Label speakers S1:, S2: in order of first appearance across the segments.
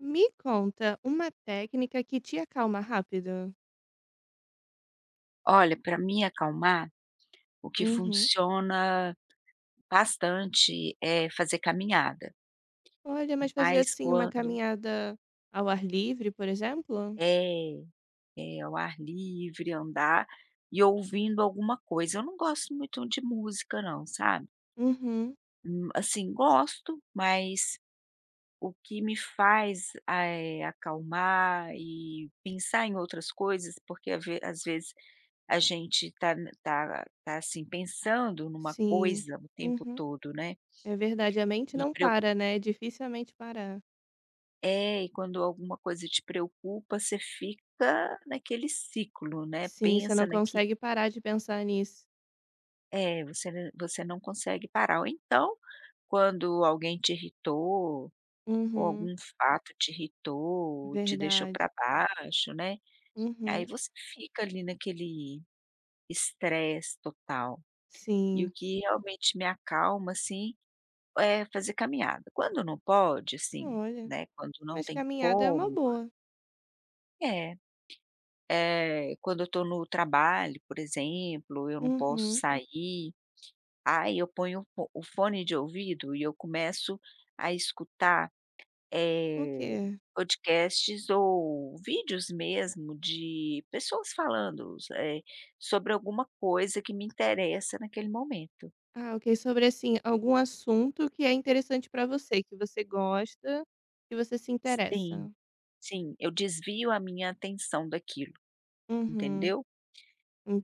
S1: Me conta uma técnica que te acalma rápido?
S2: Olha, para me acalmar, o que
S1: Uhum.
S2: funciona bastante é fazer caminhada,
S1: Olha, mas fazer,
S2: mas
S1: assim, uma
S2: quando
S1: caminhada ao ar livre, por exemplo?
S2: é, é ao ar livre, andar e ouvindo alguma coisa. Eu não gosto muito de música não, sabe.
S1: Uhum.
S2: Assim, gosto, mas o que me faz, acalmar e pensar em outras coisas, porque a ve às vezes a gente tá, assim, pensando numa
S1: Sim.
S2: coisa o tempo
S1: Uhum.
S2: todo, né.
S1: É verdade, a mente não
S2: e
S1: para, né, é dificilmente parar.
S2: É, e quando alguma coisa te preocupa, você fica naquele ciclo, né,
S1: Sim, você não
S2: pensa naquilo.
S1: consegue parar de pensar nisso.
S2: É, você não consegue parar. Ou então, quando alguém te irritou, ou
S1: Uhum.
S2: algum fato te irritou, te deixou
S1: Verdade.
S2: para baixo, né, aí
S1: Uhum.
S2: você fica ali naquele estresse total. E o
S1: Sim.
S2: que realmente me acalma, assim, é fazer caminhada. Quando não pode, assim,
S1: Olha,
S2: né, quando não
S1: mas
S2: tem
S1: caminhada é uma
S2: como,
S1: boa.
S2: é. Quando eu estou no trabalho, por exemplo, eu não posso
S1: Uhum.
S2: sair, aí eu ponho o fone de ouvido e eu começo a escutar,
S1: O
S2: eh,
S1: quê?
S2: podcasts ou vídeos mesmo de pessoas falando, sobre alguma coisa que me interessa naquele momento.
S1: Ah, ok. Sobre, assim, algum assunto que é interessante pra você, que você gosta, que você se interessa.
S2: Sim, sim, eu desvio a minha atenção daquilo,
S1: Uhum.
S2: entendeu?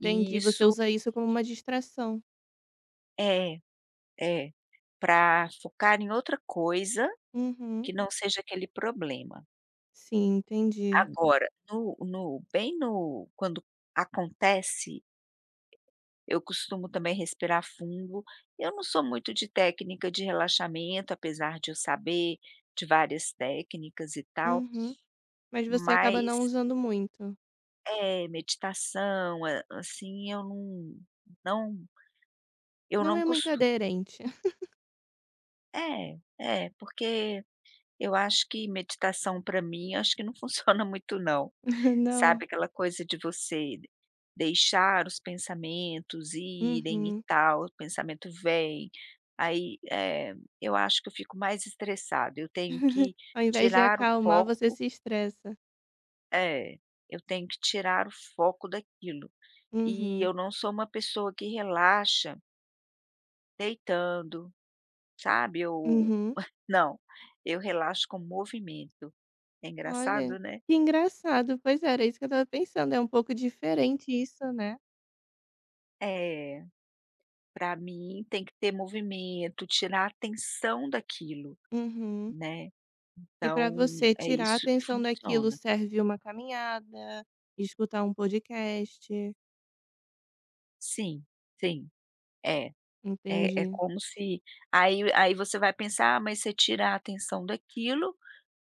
S2: E
S1: Você
S2: isso
S1: usa isso como uma distração.
S2: é, é, pra focar em outra coisa
S1: Uhum.
S2: que não seja aquele problema.
S1: Sim, entendi.
S2: Agora, no no bem no quando acontece, eu costumo também respirar fundo. Eu não sou muito de técnica de relaxamento, apesar de eu saber de várias técnicas e tal,
S1: Uhum. Mas você acaba
S2: mas
S1: não usando muito.
S2: meditação, a assim, não eu
S1: Não
S2: não
S1: é muito
S2: costumo.
S1: aderente.
S2: É, é, porque eu acho que meditação para mim, acho que não funciona muito não.
S1: Não.
S2: Sabe, aquela coisa de você deixar os pensamentos irem e
S1: Uhum.
S2: tal, o pensamento vem, aí, eu acho que eu fico mais estressada, eu tenho que
S1: Ao invés de
S2: tirar o
S1: acalmar, você
S2: foco.
S1: se estressa.
S2: É, eu tenho que tirar o foco daquilo. E
S1: Uhum.
S2: eu não sou uma pessoa que relaxa deitando, sabe, eu
S1: Uhum.
S2: não, eu relaxo com movimento. É
S1: Olha,
S2: engraçado, né?
S1: que engraçado. Pois é, era isso que eu estava pensando. É um pouco diferente isso, né?
S2: É. Para mim tem que ter movimento, tirar a atenção daquilo,
S1: Uhum.
S2: né.
S1: E para
S2: Então
S1: você
S2: é
S1: tirar a
S2: isso que
S1: atenção daquilo,
S2: funciona.
S1: serve uma caminhada, escutar um podcast.
S2: Sim, sim, é, é
S1: Entendi.
S2: como se, aí você vai pensar: "Ah, mas você tira a atenção daquilo,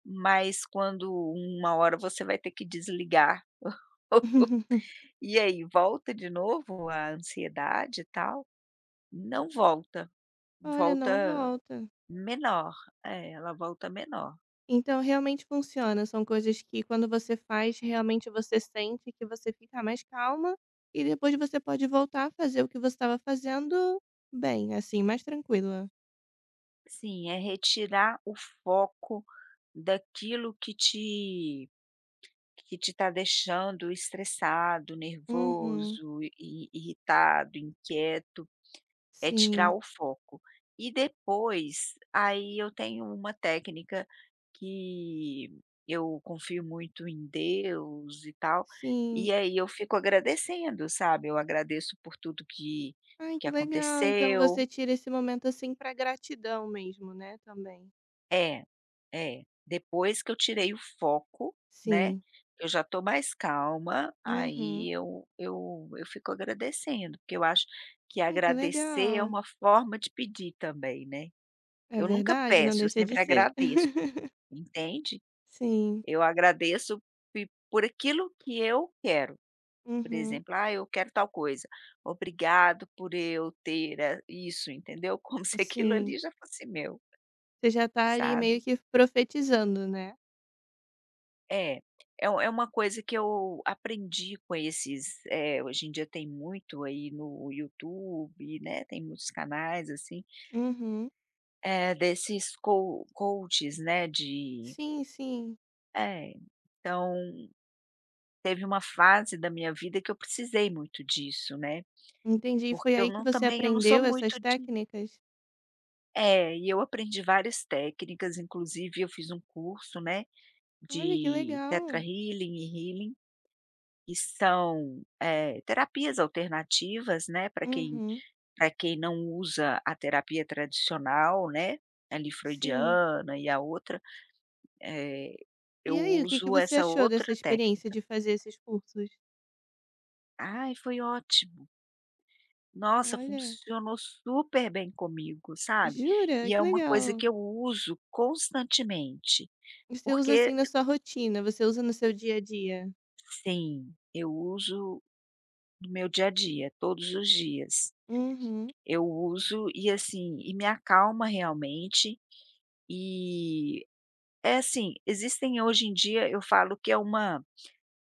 S2: mas quando uma hora você vai ter que desligar". E aí, volta de novo a ansiedade e tal? Não volta,
S1: Olha,
S2: volta
S1: não volta.
S2: menor. É, ela volta menor.
S1: Então realmente funciona, são coisas que quando você faz, realmente você sente que você fica mais calma, e depois você pode voltar a fazer o que você estava fazendo bem, assim, mais tranquila.
S2: Sim, é retirar o foco daquilo que te está deixando estressado,
S1: Uhum.
S2: nervoso, i irritado, inquieto, é tirar
S1: Sim,
S2: o foco. E depois, aí eu tenho uma técnica que eu confio muito em Deus e tal,
S1: sim.
S2: e aí eu fico agradecendo, sabe, eu agradeço por tudo que
S1: Ai, que
S2: que
S1: legal, então
S2: aconteceu.
S1: você tira esse momento, assim, para gratidão mesmo, né, também.
S2: É, é. Depois que eu tirei o foco, né,
S1: Sim.
S2: eu já tô mais calma,
S1: Uhum.
S2: aí eu fico agradecendo, porque eu acho que
S1: Ai, que
S2: agradecer é
S1: legal.
S2: uma forma de pedir também, né.
S1: É
S2: Eu nunca
S1: verdade, não
S2: peço, eu
S1: deixa de
S2: sempre
S1: ser.
S2: agradeço, entende.
S1: Sim.
S2: Eu agradeço pe por aquilo que eu quero, por
S1: Uhum.
S2: exemplo: "Ah, eu quero tal coisa, obrigado por eu ter a" isso, entendeu, como se aquilo
S1: Sim.
S2: ali já fosse meu,
S1: Você já tá ali meio
S2: sabe.
S1: que profetizando, né.
S2: É, é uma coisa que eu aprendi com esses, hoje em dia tem muito aí no YouTube, né, tem muitos canais, assim,
S1: Uhum.
S2: desses co coaches, né,
S1: Sim, sim.
S2: é, então teve uma fase da minha vida que eu precisei muito disso, né,
S1: Entendi. Foi
S2: porque eu
S1: aí que
S2: não
S1: você
S2: também eu não sou
S1: aprendeu essas
S2: muito
S1: técnicas?
S2: e eu aprendi várias técnicas, inclusive eu fiz um curso, né,
S1: Olha, que
S2: de Theta
S1: legal.
S2: Healing e Healing, que são, terapias alternativas, né, para quem
S1: Uhum.
S2: para quem não usa a terapia tradicional, né, ali
S1: Sim.
S2: freudiana e a outra, eh, eu
S1: E aí, o que que
S2: uso
S1: você
S2: essa
S1: achou
S2: outra
S1: dessa experiência
S2: técnica.
S1: de fazer esses cursos?
S2: Ai, foi ótimo. Nossa,
S1: Olha.
S2: funcionou super bem comigo, sabe.
S1: Jura?
S2: E
S1: Que
S2: é uma coisa
S1: legal.
S2: que eu uso constantemente,
S1: Você usa, assim,
S2: porque
S1: na sua rotina, você usa no seu dia a dia?
S2: sim, eu uso no meu dia a dia, todos os dias.
S1: Uhum.
S2: Eu uso, e assim, e me acalma realmente, e é assim, existem hoje em dia, eu falo que é uma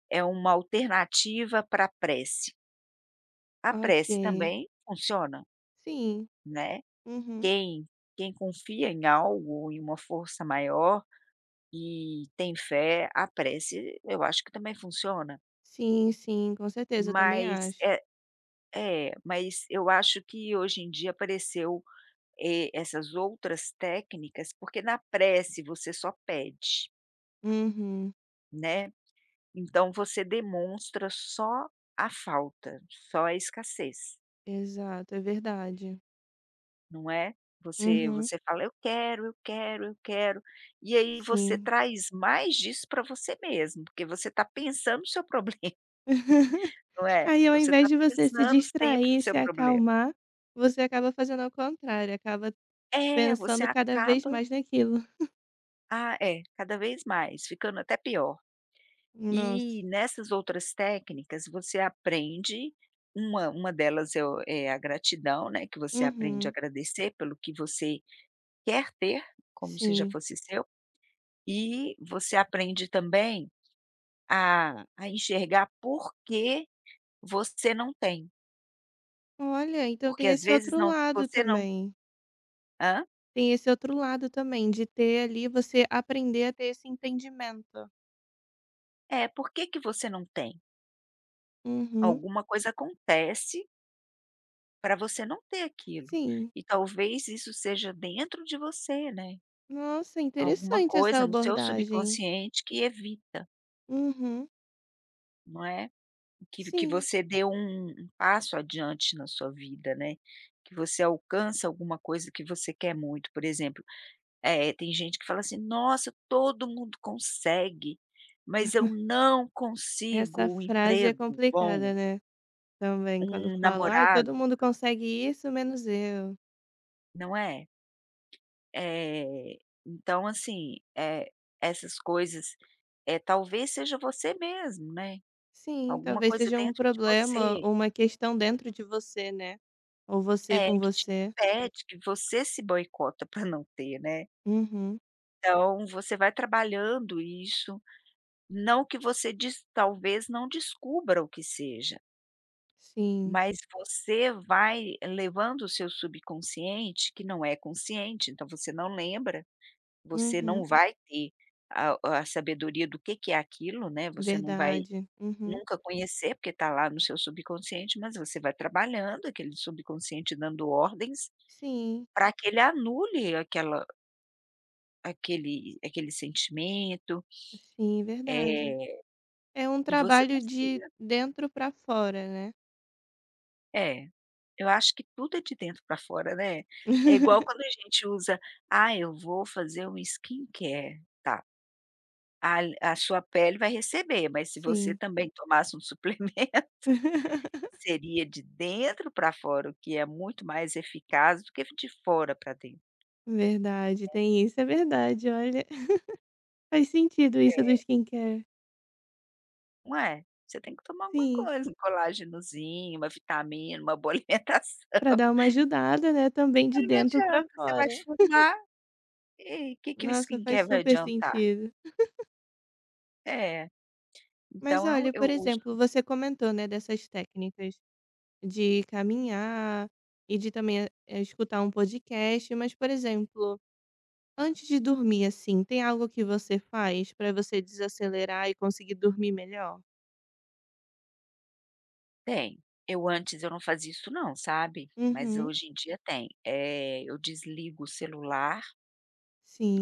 S2: é uma alternativa para a prece. A
S1: Ok.
S2: prece também funciona,
S1: Sim.
S2: né.
S1: Uhum.
S2: Quem quem confia em algo, em uma força maior e tem fé, a prece eu acho que também funciona.
S1: Sim, sim, com certeza, eu também
S2: Mas
S1: acho.
S2: é mas eu acho que hoje em dia apareceu, essas outras técnicas, porque na prece você só pede,
S1: Uhum.
S2: né, então você demonstra só a falta, só a escassez,
S1: Exato, é verdade.
S2: não é. Você
S1: Uhum.
S2: você fala: "Eu quero, eu quero, eu quero", e aí você
S1: Sim.
S2: traz mais disso para você mesmo, porque você está pensando no seu problema, não é.
S1: Aí, ao
S2: Você
S1: invés
S2: está
S1: de você se
S2: pensando sempre no
S1: distrair
S2: seu
S1: se
S2: problema.
S1: acalmar, você acaba fazendo ao contrário, acaba
S2: É, você
S1: pensando cada vez
S2: acaba,
S1: mais naquilo.
S2: cada vez mais, ficando até pior.
S1: Nossa.
S2: E nessas outras técnicas você aprende, uma delas é, o é a gratidão, né, que você aprende a
S1: Uhum.
S2: agradecer pelo que você quer ter, como se já
S1: Sim.
S2: fosse seu, e você aprende também a enxergar por que você não tem,
S1: Olha, então
S2: porque
S1: tem
S2: às
S1: esse
S2: vezes
S1: outro
S2: não,
S1: lado
S2: você não,
S1: também.
S2: hã?
S1: Tem esse outro lado também de ter ali você aprender a ter esse entendimento.
S2: É, por que que você não tem?
S1: Uhum.
S2: Alguma coisa acontece para você não ter aquilo,
S1: Sim.
S2: e talvez isso seja dentro de você, né?
S1: Nossa,
S2: Alguma
S1: interessante essa
S2: coisa no seu
S1: abordagem.
S2: subconsciente que evita,
S1: Uhum,
S2: não é, que
S1: sim.
S2: você dê um passo adiante na sua vida, né, que você alcança alguma coisa que você quer muito, por exemplo. É, tem gente que fala assim: "Nossa, todo mundo consegue, mas eu não
S1: Essa
S2: consigo um
S1: frase é
S2: emprego bom,
S1: complicada, né, também quando
S2: um
S1: falam: "Ai, uhum,
S2: namorado",
S1: todo mundo consegue isso menos eu".
S2: não é? Eh, então assim, essas coisas, talvez seja você mesmo, né,
S1: Sim,
S2: alguma
S1: talvez
S2: coisa
S1: seja um
S2: dentro de
S1: problema
S2: você.
S1: ou uma questão dentro de você, né, ou você
S2: É,
S1: com
S2: que te
S1: você.
S2: impede, que você se boicota para não ter, né.
S1: Uhum,
S2: Então você vai trabalhando isso, não que você des talvez não descubra o que seja,
S1: sim.
S2: mas você vai levando o seu subconsciente, que não é consciente, então você não lembra, você não
S1: Uhum,
S2: vai ter a sabedoria do que é aquilo, né, você não vai
S1: verdade. Uhum,
S2: nunca conhecer, porque está lá no seu subconsciente, mas você vai trabalhando aquele subconsciente, dando ordens
S1: sim,
S2: para que ele anule aquela Aquele aquele sentimento.
S1: sim, verdade.
S2: Uhum.
S1: É um
S2: E você
S1: trabalho de
S2: consiga.
S1: dentro pra fora, né.
S2: É, eu acho que tudo é de dentro para fora, né. É igual quando a gente usa: "Ah, eu vou fazer um skincare", tá, a sua pele vai receber, mas se você
S1: Sim.
S2: também tomasse um suplemento, seria de dentro para fora, o que é muito mais eficaz do que de fora para dentro,
S1: Verdade, tem isso, é verdade, olha, faz sentido isso do skincare.
S2: não é? Você tem que tomar alguma
S1: Sim,
S2: coisa, um colágenozinho, uma vitamina, uma boa alimentação.
S1: pra dar uma ajudada, né, também de
S2: Não
S1: dentro pra
S2: adianta, você vai
S1: fora.
S2: fumar. E o que que o
S1: Nossa, faz
S2: skincare vai
S1: super
S2: adiantar?
S1: sentido.
S2: É,
S1: Mas
S2: então eu
S1: olha, por
S2: eu
S1: exemplo,
S2: uso.
S1: você comentou, né, dessas técnicas de caminhar e de também, escutar um podcast, mas, por exemplo, antes de dormir, assim, tem algo que você faz pra você desacelerar e conseguir dormir melhor?
S2: Tem. Eu antes eu não fazia isso não, sabe, mas
S1: Uhum,
S2: hoje em dia tem. É, eu desligo o celular,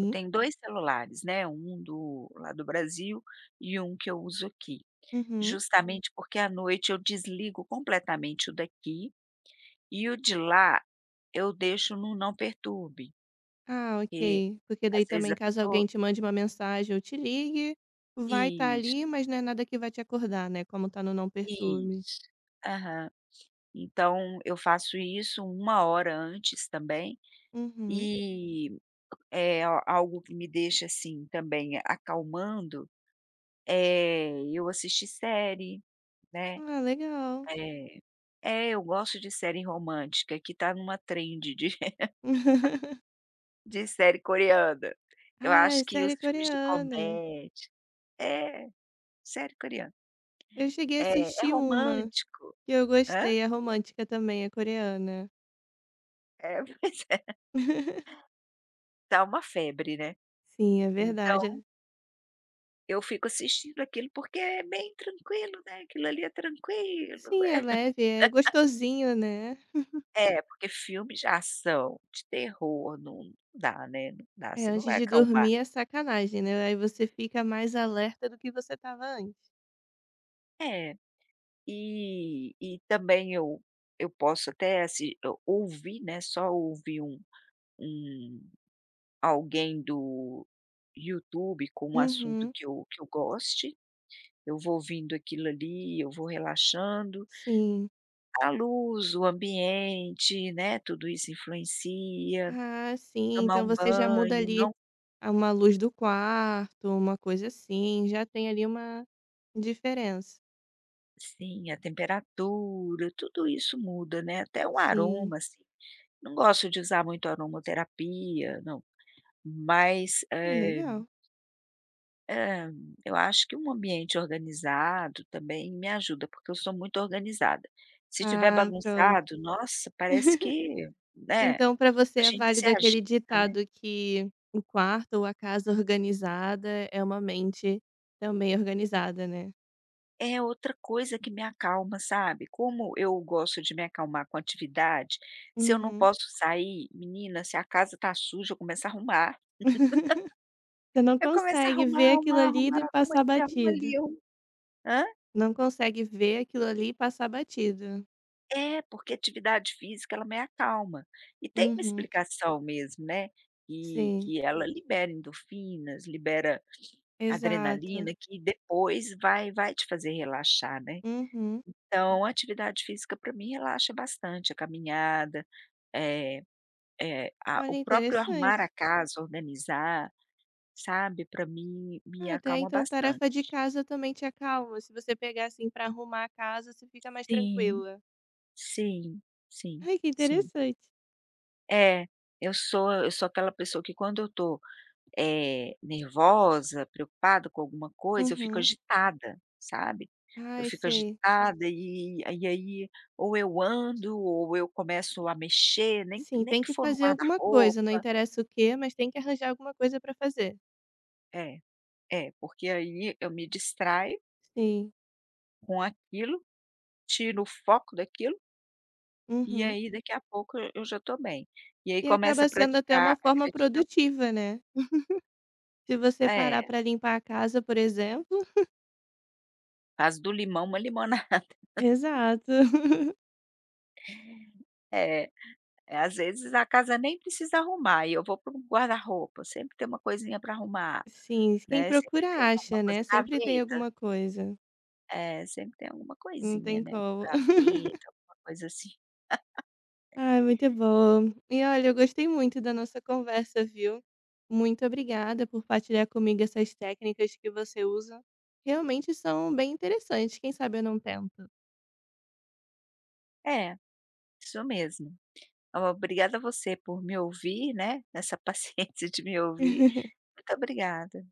S2: eu tenho 2 celulares, né, um do lá do Brasil e um que eu uso aqui,
S1: uhum.
S2: justamente porque à noite eu desligo completamente o daqui, e o de lá eu deixo no não perturbe,
S1: Ah,
S2: porque
S1: ok. Porque
S2: às
S1: daí
S2: vezes
S1: também
S2: a
S1: caso alguém
S2: pessoa.
S1: te mande uma mensagem ou te ligue, vai estar
S2: Isso,
S1: ali, mas não é nada que vai te acordar, né, como tá no não perturbe.
S2: isso. Aham. Então eu faço isso uma hora antes também,
S1: Uhum.
S2: e é a algo que me deixa, assim, também acalmando, é eu assistir série, né,
S1: Ah, legal.
S2: eh eu gosto de série romântica, que tá numa trend de de série coreana. Eu acho
S1: Ai,
S2: que os
S1: série
S2: filmes de
S1: coreana.
S2: comédia, é, série coreana.
S1: Eu cheguei a
S2: É, é
S1: assistir uma
S2: romântico,
S1: que eu
S2: hã?
S1: gostei, é romântica também, é coreana.
S2: É, pois é, tá uma febre, né.
S1: Sim, é
S2: Então,
S1: verdade.
S2: eu fico assistindo aquilo porque é bem tranquilo, né, aquilo ali é tranquilo,
S1: Sim, é leve, é gostosinho, né.
S2: porque filme de ação, de terror, não dá, né, não dá,
S1: É,
S2: você não
S1: antes
S2: vai
S1: de
S2: acalmar.
S1: dormir é sacanagem, né, aí você fica mais alerta do que você tava antes.
S2: É, e também eu posso até assim, eu ouvir, né, só ouvir um alguém do YouTube com um assunto
S1: Uhum,
S2: que eu goste, eu vou ouvindo aquilo ali, eu vou relaxando,
S1: sim.
S2: a luz, o ambiente, né, tudo isso influencia.
S1: Ah, sim.
S2: Tomar
S1: Então
S2: um
S1: você já muda
S2: banho,
S1: ali
S2: não,
S1: a uma luz do quarto, uma coisa assim, já tem ali uma diferença.
S2: sim, a temperatura, tudo isso muda, né, até o
S1: Sim,
S2: aroma, assim. Não gosto de usar muito aromaterapia, não, mas,
S1: legal.
S2: eh, eu acho que um ambiente organizado também me ajuda, porque eu sou muito organizada. Se tiver
S1: Ah, pronto.
S2: bagunçado, nossa, parece que, né,
S1: Então para você
S2: a
S1: é
S2: gente se
S1: válido aquele
S2: agita, né.
S1: ditado que o quarto ou a casa organizada é uma mente também organizada, né?
S2: É outra coisa que me acalma, sabe. Como eu gosto de me acalmar com atividade, se eu não
S1: Uhum.
S2: posso sair, menina, se a casa tá suja, eu começo a arrumar.
S1: Você não
S2: Eu começo a
S1: consegue
S2: arrumar,
S1: ver aquilo
S2: arrumar,
S1: ali
S2: arrumar,
S1: e
S2: arruma
S1: passar
S2: aqui, arruma
S1: batido.
S2: ali, arruma, hã?
S1: Não consegue ver aquilo ali e passar batido.
S2: É, porque atividade física, ela me acalma. E tem uma
S1: Uhum.
S2: explicação mesmo, né, e
S1: Sim,
S2: que ela libera endorfinas, libera
S1: exato.
S2: adrenalina, que depois vai te fazer relaxar, né.
S1: Uhum.
S2: Então, a atividade física para mim relaxa bastante, a caminhada, eh É, a
S1: Olha,
S2: o próprio arrumar a
S1: interessante.
S2: casa, organizar, sabe, para mim, me
S1: Ah, até
S2: acalma
S1: então tarefa de
S2: bastante.
S1: casa também te acalma. Se você pegar, assim, pra arrumar a casa, você fica mais
S2: Sim.
S1: tranquila.
S2: Sim, sim,
S1: Ai, que
S2: sim.
S1: interessante.
S2: É, eu sou aquela pessoa que quando eu tô, nervosa, preocupada com alguma coisa, eu fico
S1: Uhum.
S2: agitada, sabe. Eu
S1: Ai,
S2: fico
S1: sei.
S2: agitada, e aí ou eu ando ou eu começo a mexer, nem
S1: Sim,
S2: nem
S1: tem
S2: que
S1: que
S2: for no
S1: fazer alguma coisa, não
S2: guarda-roupa.
S1: interessa o quê, mas tem que arranjar alguma coisa pra fazer.
S2: É, é, porque aí eu me distraio
S1: Sim.
S2: com aquilo, tiro o foco daquilo, e
S1: Uhum.
S2: aí daqui a pouco eu já estou bem. E aí
S1: E
S2: começa
S1: acaba
S2: a
S1: sendo até
S2: praticar
S1: uma
S2: a
S1: forma
S2: gratidão.
S1: produtiva, né. Se você parar
S2: é,
S1: pra limpar a casa, por exemplo
S2: Faz do limão uma limonada.
S1: Exato.
S2: É, é, às vezes a casa nem precisa arrumar e eu vou para o guarda-roupa, sempre tem uma coisinha para arrumar,
S1: Sim, quem
S2: né, sempre
S1: procura
S2: tem alguma
S1: acha, né,
S2: coisa,
S1: sempre tem
S2: gaveta,
S1: alguma coisa.
S2: é, sempre tem alguma
S1: Não
S2: coisinha,
S1: tem
S2: né, uma
S1: como.
S2: gaveta, alguma coisa assim.
S1: Ah, muito bom. E olha, eu gostei muito da nossa conversa, viu? Muito obrigada por partilhar comigo essas técnicas que você usa. Realmente são bem interessantes. Quem sabe eu não tento.
S2: É, isso mesmo. Ó, obrigada a você por me ouvir, né, essa paciência de me ouvir. Muito obrigada.